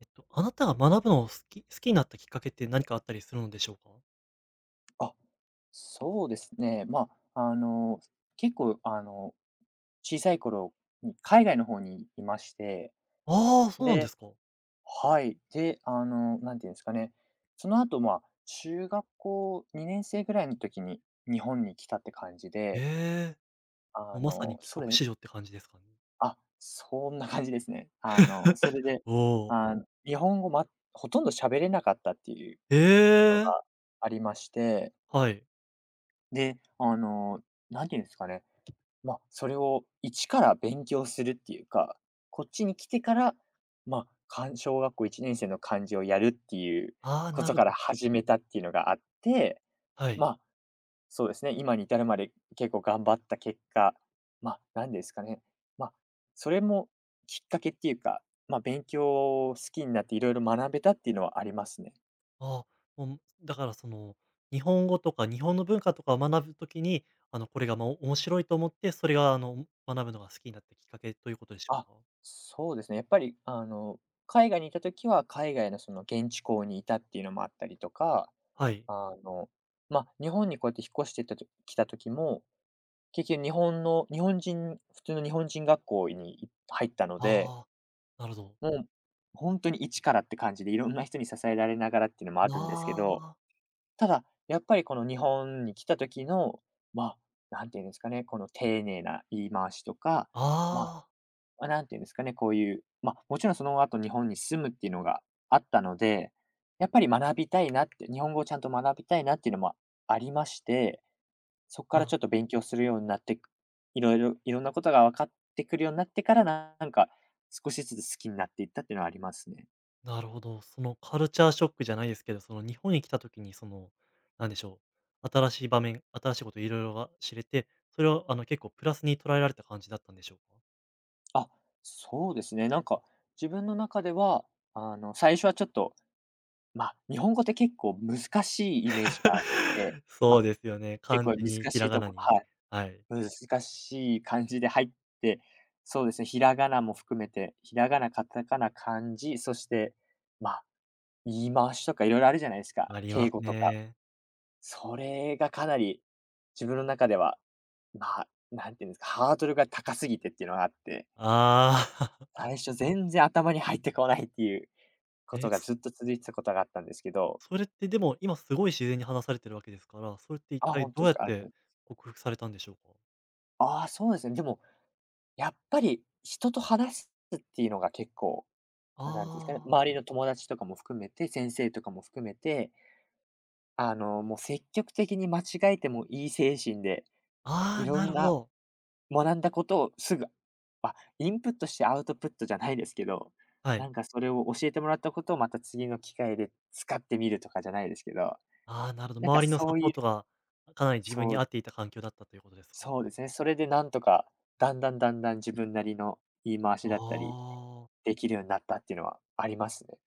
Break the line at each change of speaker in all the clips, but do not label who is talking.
あなたが学ぶのを好きになったきっかけって何かあったりするのでしょうか？
あ、そうですね。まあ、結構、小さい頃に海外の方にいまして、
ああー、そうなんで
で、
すか。
はい。で、なんていうんですかね、その後、まあ、中学校2年生ぐらいの時に日本に来たって感じで、
ええ。
あ
もうまさに帰
の、そ
国
れ
子女って感じですかね。
あ、そんな感じですね。そ れで、
おお、
日本語、ほとんど喋れなかったっていうの
ええ、
がありまして、
はい。
で、なんていうんですかね、まあ、それを一から勉強するっていうか、こっちに来てから、まあ、小学校1年生の漢字をやるっていう
ああ、
こ
な
と
るほ
から
ど。
始めたっていうのがあって、
はい。
まあ、そうですね、今に至るまで結構頑張った結果、まあ、なんですかね、まあ、それもきっかけっていうか、まあ、勉強を好きになっていろいろ学べたっていうのはありますね。
ああ、もう、だからその、日本語とか日本の文化とかを学ぶときに、これが、面白いと思って、それが、学ぶのが好きになったきっかけということでしょう
あ、
か？
そうですね、やっぱり海外にいた時は海外のその現地校にいたっていうのもあったりとか、
はい。
あの、まあ、日本にこうやって引っ越してたときた時も、結局日本の日本人普通の日本人学校に入ったので、
ああ、なるほど。
もう本当に一からって感じで、いろんな人に支えられながらっていうのもあるんですけ
あ
ど、
あ、
ただ、やっぱりこの日本に来た時の、ま、あなんていうんですかね、この丁寧な言い回しとか、ま、あ
ああ、
まあ、なんていうんですかね、こういう、まあ、もちろんその後日本に住むっていうのがあったので、やっぱり学びたいなって、日本語をちゃんと学びたいなっていうのもありまして、そこか
ま
らちょっ
あ
と勉強するようになって、いろんなことが分かってくるようになってから、なんか少しずつ好きになっていったっていうのはありますね。
なるほど。そのカルチャーショックじゃないですけど、その日本に来た時になんでしょう、新しい場面、新しいこといろいろが知れて、それを結構プラスに捉えられた感じだったんでしょうか？
あ、そうですね。なんか自分の中では、最初はちょっと、まあ、日本語って結構難しいイメージがあって、ま
そう
あ、
ですよね。
結
漢
構
字
難し
にひら
い
が
と
な
こ、
に、
はい。
はい、
難しい漢字で入って、そうですね、ひらがなも含めて、ひらがな、カタカナ、漢字、そして、まあ、言い回しとかいろいろあるじゃないですか、
ありま
敬
す
語とか。
ね。
それがかなり自分の中では、まあ、なんていうんですか、ハードルが高すぎてっていうのがあって、
ああ。
最初全然頭に入ってこないっていう こ
え、
とが
そ
ずっと続いてたことがあったんですけど、
それってでも今すごい自然に話されてるわけですから、それって一
あ、
体
本
ど
当
う
で
や
す
っ
か、ありがと
て
うございますね。
克服されたんでしょうか？
ああ、そうですね。でも、やっぱり人と話すっていうのが結構、
あ
なんていうんですかね、
あー。
周りの友達とかも含めて、先生とかも含めて、もう積極的に間違えてもいい精神で、い
ああ、
ろ
なる
ん
ほ
な
ど。
学んだことをすぐ、あ、インプットしてアウトプットじゃないですけど、
は
な
い。
んかそれを教えてもらったことをまた次の機会で使ってみるとかじゃないですけど、
ああ、なるほど。
なんか
周りの
そ
サ
う
ポー
いう
トがかなり自分に
そう、
合っていた環境だったということですか？
そうですね、それでなんとか、だんだんだんだん自分なりの言い回し
あ
だったり、
あ、
できるようになったっていうのはありますね。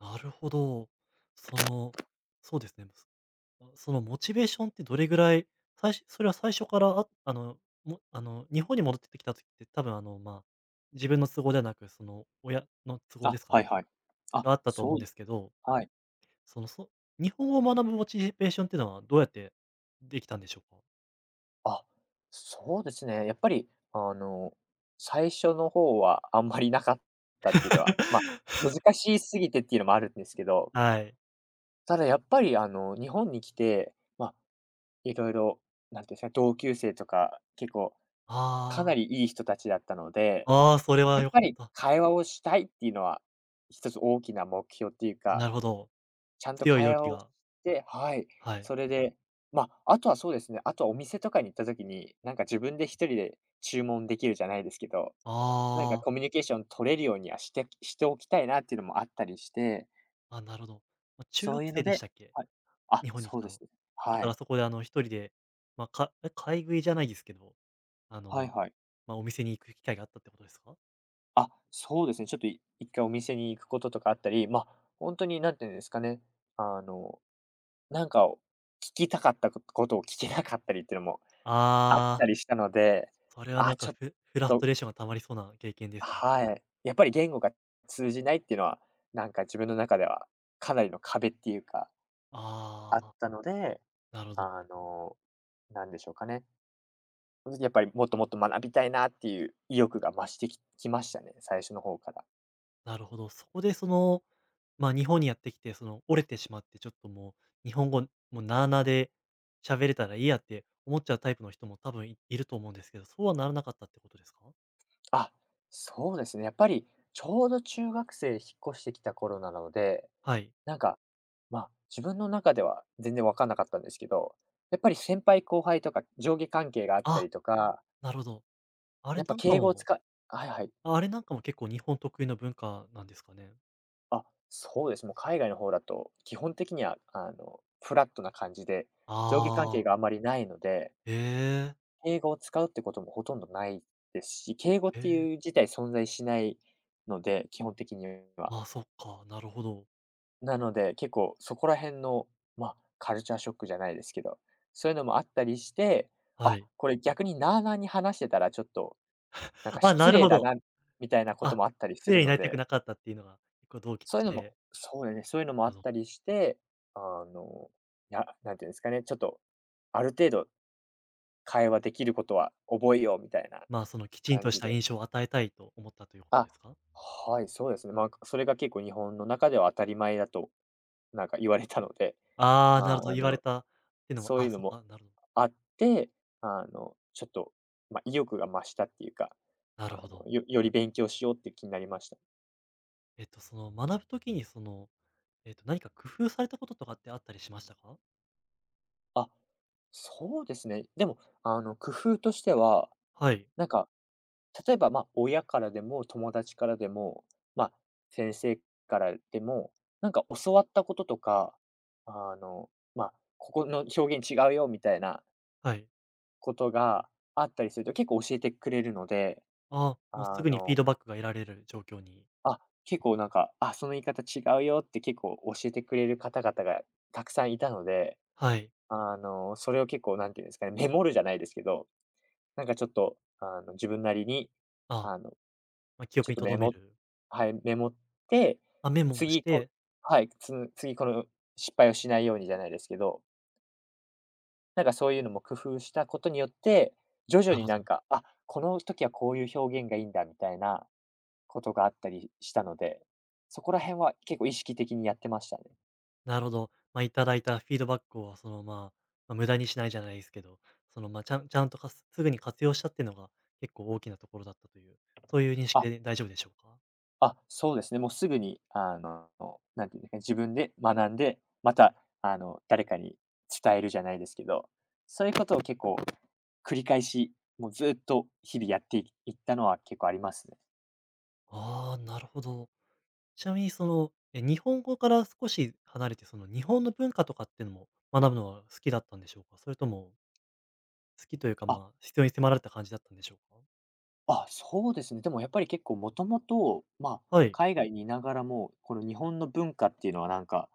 なるほど。その、そうですね、そのモチベーションってどれぐらい、最初それは最初からああの、もあの、日本に戻ってきた時って多分まあ、自分の都合ではなく、その親の都合
あ、
ですか
はい
ね、
はい。あ、
があったと思
そ
うん
う、
ですけど、
はい。
その、そ日本語を学ぶモチベーションっていうのはどうやってできたんでしょうか？
あ、そうですね。やっぱり、あの、最初の方はあんまりなかったっていうのは、まあ、難しすぎてっていうのもあるんですけど、
はい。
ただやっぱり、日本に来て、まあ、いろいろ、なんていうんですか、同級生とか、結構かな
あ
りいい人たちだったので、
あ、ああ、それは
やっ
良かっ
ぱり
た。
会話をしたいっていうのは、一つ大きな目標っていうか、
なるほど。
ちゃんと
強い動
会
機
話をし
が、
て、はい、
はい。
それで、まあ、あとはそうですね、あとはお店とかに行った時に、なんか自分で一人で注文できるじゃないですけど、なんか
あ
コミュニケーション取れるようにはしておきたいなっていうのもあったりして、
あ、あ、なるほど。中
そう
学
いう
生
の
でし
で、
たっけ？
はい。あ、
日本に来
そう
た
で
の。
すね。
だ
は
から
い。
そこで一人で、買い食いじゃないですけど、あの、
はい
ま
はい。
お店に行く機会があったってことですか？
あ、そうですね、ちょっと一回お店に行くこととかあったり、本当になんていうんですかね、あの、なんかを聞きたかったことを聞けなかったりっていうのもあっ
ああ、
たりしたので、
それはな
あ、
んか
ちょっ
フラス
と、
トレーションが溜まりそうな経験ですね。
はい。やっぱり言語が通じないっていうのは、なんか自分の中ではかなりの壁っていうか、
あ
あっ
あ、
たので、
なるほど。
あの、なんでしょうかね。その時やっぱりもっともっと学びたいなっていう意欲が増してききましたね、最初の方から。
なるほど。そこで日本にやってきて、折れてしまって、ちょっともう日本語、もうなあなあで喋れたらいいやって思っちゃうタイプの人も多分いいると思うんですけど、そうはならなかったってことですか？
あ、そうですね、やっぱりちょうど中学生引っ越してきた頃なので、
はい。
なんか、自分の中では全然分かんなかったんですけど、やっぱり先輩後輩とか上下関係があった
あ、
りとか、
なるほど。あれ
やっぱ
なんか
敬語を
も
使い、はいはい。
あ、あれなんかも結構日本特有の文化なんですかね？
あ、そうです。もう海外の方だと、基本的にはフラットな感じで、
あ
上下関係
あ、
があまりないので、
へえ。
敬語を使うってこともほとんどないですし、敬語っ
へ
て
え、
いう自体存在しないので、基本的には。
ああ、そっか、なるほど。
なので、結構そこら辺の、まあ、カルチャーショックじゃないですけど、そういうのもあったりして、
は
あ、
い。
これ逆になあなあに話してたらちょっと、なんか
あ、な
失
る
礼
ほ
だ
ど。
なみたいなこと
あ、
もあったりす
失礼
る
にな
の
りたく
で、
なかったっていうのが、結構動機と
そう
し
いうのも
て
そうだね、そういうのもあったりして、あの、なんていうんですかね、ちょっと、ある程度会話できることは覚えようみたいな
そのきちん
感
とし
じ
た
で。
印象を与えたいと思ったということ
あ、
ですか？
はい、そうですね。まあ、それが結構日本の中では当たり前だと、なんか言われたので、
ああー、な
あ
るほど、
あ
言われ
の、
たっていうのも
そうい
あ、
うの
そっ
も
か、なるほど
あって、ちょっと、まあ、意欲が増したっていうか、
なる
あ
ほど。
より勉強しようっていう気になりました。
その学ぶときに何か工夫されたこととかってあったりしましたか？
あ、そうですね。でも、工夫としては、
はい、
なんか、例えば、まあ、親からでも友達からでも、まあ、先生からでも、なんか教わったこととか、あの、まあ、ここの表現違うよみたいな
はい。
ことがあったりすると結構教えてくれるので、
ああ、もうす
あ
ぐにフィー
の
ドバックが得られる状況に。
あ、結構なんか、その言い方違うよって結構教えてくれる方々がたくさんいたので、
はい。
それを結構なんていうんですかね、メモるじゃないですけど、なんかちょっと、自分なりに、
ああ、
あの、
まあ、記
ち
憶
ょっ
に
と
留める。
はい、メモって、
あ、メモもし
次こ
て
はい、次この失敗をしないようにじゃないですけど、なんかそういうのも工夫したことによって、徐々
なる
に
ほ
な
ど。
んか、あ、この時はこういう表現がいいんだみたいなことがあったりしたので、そこら辺は結構意識的にやってましたね。
なるほど。まあ、いただいたフィードバックをその、まあ、無駄にしないじゃないですけど、その、まあ、ちゃんとすぐに活用したっていうのが結構大きなところだったという、そういう認識
あ、
で大丈夫でしょうか？
あ、そうですね。もうすぐに、なんていうんですかね、自分で学んで、また、誰かに伝えるじゃないですけど、そういうことを結構繰り返し、もうずっと日々やっていいったのは結構ありますね。
ああー、なるほど。ちなみに日本語から少し離れて、その日本の文化とかっていうのも学ぶのは好きだったんでしょうか？それとも好きというか、
あ
まあ、必要に迫られた感じだったんでしょうか？
あ、そうですね。でもやっぱり結構もともと、
はい。
海外にいながらも、この日本の文化っていうのはなんか、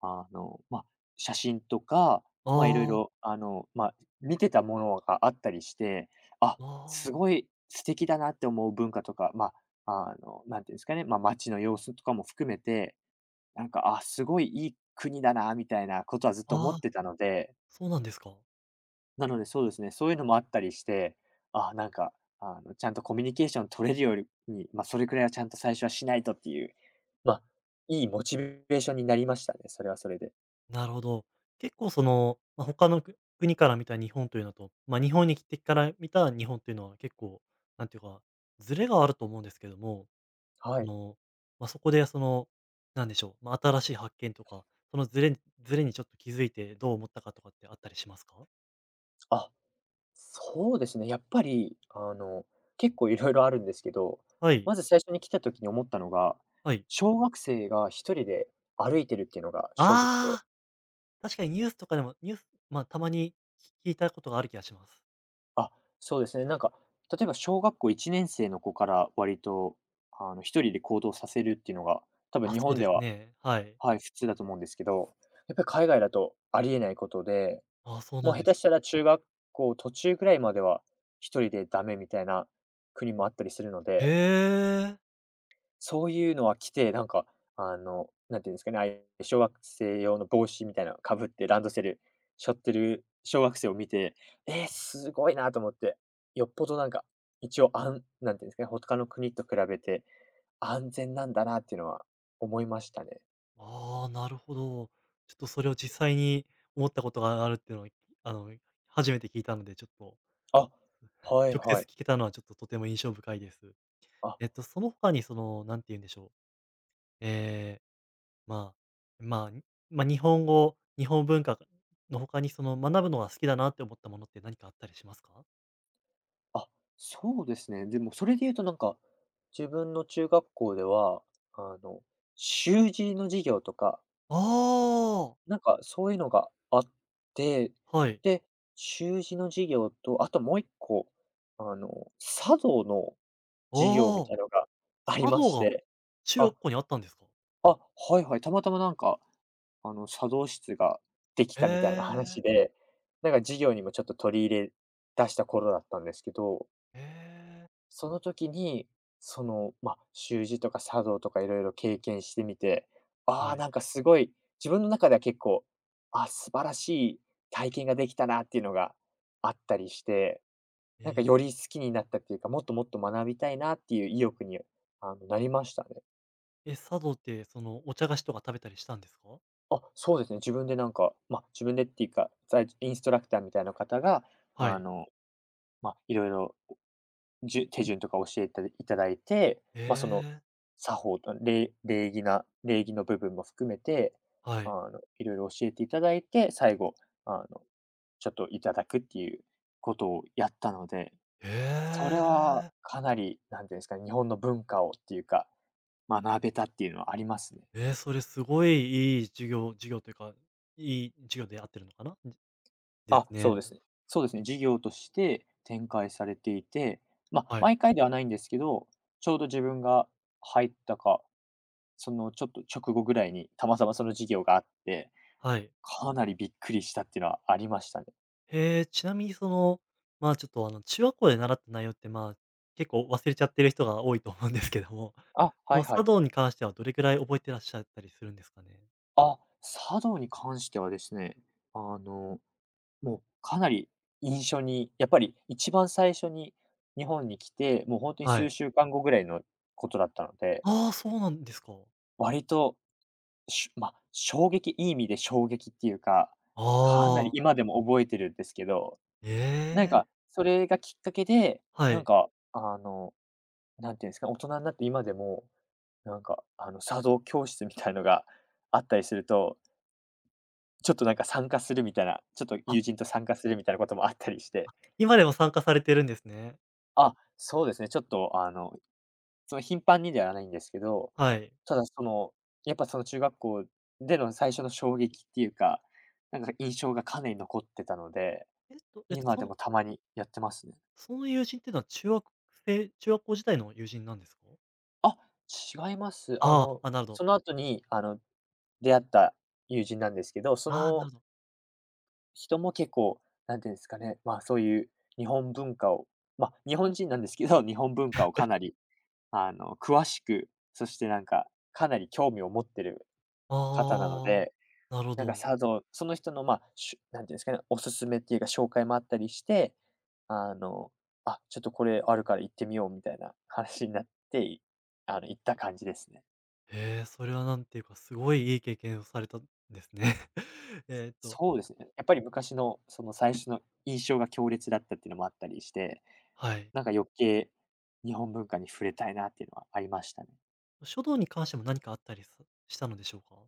あの、まあ、写真とか、
あ
いろい
あ、あ
ろ、見てたものがあったりして、あ、す
あ、
ごい素敵だなって思う文化とか、なんていうんですかね、街の様子とかも含めて、なんか、あ、すごいいい国だな、みたいなことはずっと思
あ
っ
あ、
てたので、
そうなんですか。
なので、そうですね、そういうのもあったりして、あ、なんか、ちゃんとコミュニケーション取れるよりに、それくらいはちゃんと最初はしないとっていう、まあ、いいモチベーションになりましたね、それはそれで。
なるほど。結構その、まあ、他の国から見た日本というのと、まあ、日本に来てから見た日本というのは結構、なんていうか、ズレがあると思うんですけども、
は
そ
い。
の、まあ、そこでその、なんでしょう、まあ、新しい発見とか、そのズレにずにちょっと気づいてどう思ったかとかってあったりしますか？
あ、そうですね、やっぱり、結構いろいろあるんですけど、
はい、
まず最初に来た時に思ったのが、
はい。
小学生が一人で歩いてるっていうのが衝撃で。
ああ、確かにニュースとかでもニュースまあ、たまに聞いたことがある気がします。
あ、そうですね。なんか、例えば小学校1年生の子から割と、一人で行動させるっていうのが、多分
あ、
日
そう
本
で
で
す
は、
ね、はい。
はい、普通だと思うんですけど、やっぱり海外だとありえないことで、
ああ、そう
も
な
う
んで
下
す
手
か。
したら中学校途中ぐらいまでは一人でダメみたいな国もあったりするの
へ
で、
え。
そういうのは着て、なんか、なんていうんですかね、ああいう小学生用の帽子みたいなのかぶって、ランドセル背負ってる小学生を見て、えー、すごいなと思って、よっぽどなんか、一応あんなんていうんですかね、他の国と比べて安全なんだなっていうのは思いましたね。
ああ、なるほど。ちょっとそれを実際に思ったことがあるっていうのをあの、初めて聞いたので、ちょっと
あ、はい
直接
はい。
聞けたのはちょっととても印象深いです。
あ、
その他になんて言うんでしょう。ええ、まあ、まあ、にまあ、日本語、日本文化の他にその学ぶのが好きだなって思ったものって何かあったりしますか？
あ、そうですね。でもそれで言うとなんか、自分の中学校では、あの、習字の授業とか
ああー、
なんかそういうのがあって、
はい。
で、習字の授業と、あともう一個、茶道の授業
あ
み
あ、
たいのがあり
茶
ま
道
し
が
て。
中
あ、
学校にあったんですか？
あ、はいはい、たまたまなんか、茶道室ができ
へ
たみたいな
え、
話で、なんか授業にもちょっと取り入れ出した頃だったんですけど、
へ
その時に、その、習字とか茶道とかいろいろ経験してみて、
え、
あ
は
あ、
い。
なんかすごい、自分の中では結構、あ、素晴らしい体験ができたなっていうのがあったりして、
え
なんか
ー
より好きになったっていうか、もっともっと学びたいなっていう意欲に、なりましたね。
え、佐渡って、その、お茶菓子とか食べたりしたんですか？
そうですね、自分でなんか、自分でっていうか、在インストラクターみたいな方が、
は
あ
い。
の、いろいろ手順とか教えていただいて、
え
その、
え、
作法と礼儀の部分も含めて、
はい。
いろいろ教えていただいて、最後、あの、ちょっといただくっていうことをやったので、そ
え
れは
え。
かなり、なんていうんですかね、日本の文化をっていうか、学べたっていうのはありますね。
ええ、それすごいいい授業というか、いい授業で合ってるのかな？です
そう
ね。
ですね。そうですね、事業として展開されていて、
はい。
毎回ではないんですけど、ちょうど自分が入ったかそのちょっと直後ぐらいに、たまたまその授業があって、
はい。
かなりびっくりしたっていうのはありましたね。
へえ、ちなみにその、まあ、ちょっと、中学校で習った内容って、まあ、結構忘れちゃってる人が多いと思うんですけども、
あ、
そ
はい
の
は
茶
い。
道に関してはどれくらい覚えてらっしゃったりするんですかね？
あ、茶道に関してはですね、あの、もうかなり印象にやっぱり一番最初に日本に来て、もう本当に
は
数
い。
週間後ぐらいのことだったので、
ああ、そうなんですか。
割と、しゅまあ、衝撃いい意味で衝撃っていうか、
あ
かなり
あ、
今でも覚えてるんですけど、
え
なん
え、
かそれがきっかけで、
は
なん
い。
かあのなんていうんですか、大人になって今でも、なんか、茶道教室みたいのがあったりすると、ちょっとなんか参加するみたいな、ちょっと
あ
友人と参加するみたいなこともあったりして、
今でも参加されてるんですね。
そうですね、ちょっとあの、その頻繁にではないんですけど、
はい。
ただその、やっぱその中学校での最初の衝撃っていうか、なんか印象がかなり残ってたので、
えっとえっと、
今
そ
で
の
もたまにやってますね。
その友人っていうのは中学校時代の友人なんですか？
あ、違います。
ああ、あ、なるほど。
その後に、出会った友人なんですけど、そ
ああ、なるほ
の
ど。
人も結構、なんていうんですかね、そういう日本文化を、ま、日本人なんですけど、日本文化をかなり、詳しく、そしてなんか、かなり興味を持ってる方なの
ああ、
で、
なるほ
なんか
ど。
茶道その人の、なんていうんですかね、おすすめっていうか紹介もあったりして、あの、あ、ちょっとこれあるから行ってみようみたいな話になって、行った感じですね。
へえ、それはなんていうか、すごいいい経験をされたんですね。えっと、
そうですね。やっぱり昔のその最初の印象が強烈だったっていうのもあったりして、
はい。
なんか余計、日本文化に触れたいなっていうのはありましたね。
書道に関しても何かあったりしたのでしょうか？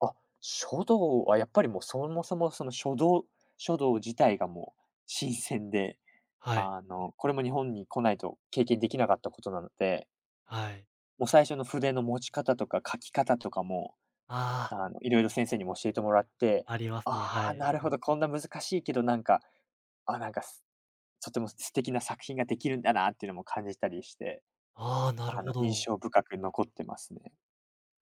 あ、書道はやっぱりもうそもそもその書道自体がもう新鮮で、
はい、
これも日本に来ないと経験できなかったことなので、
はい。
もう最初の筆の持ち方とか書き方とかも、
ああ、
いろいろ先生にも教えてもらって、
ありますね、
あ
は
あ、
い。
なるほど、こんな難しいけど、なんか、あ、なんか、すとても素敵な作品ができるんだなっていうのも感じたりして、
ああ、なるほ
印
ど。
象深く残ってますね。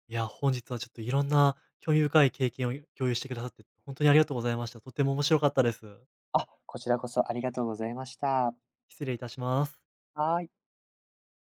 いや、本日はちょっといろんな興味深い経験を共有してくださって、本当にありがとうございました。とても面白かったです。
あ、こちらこそありがとうございました。
失礼いたします。
はーい。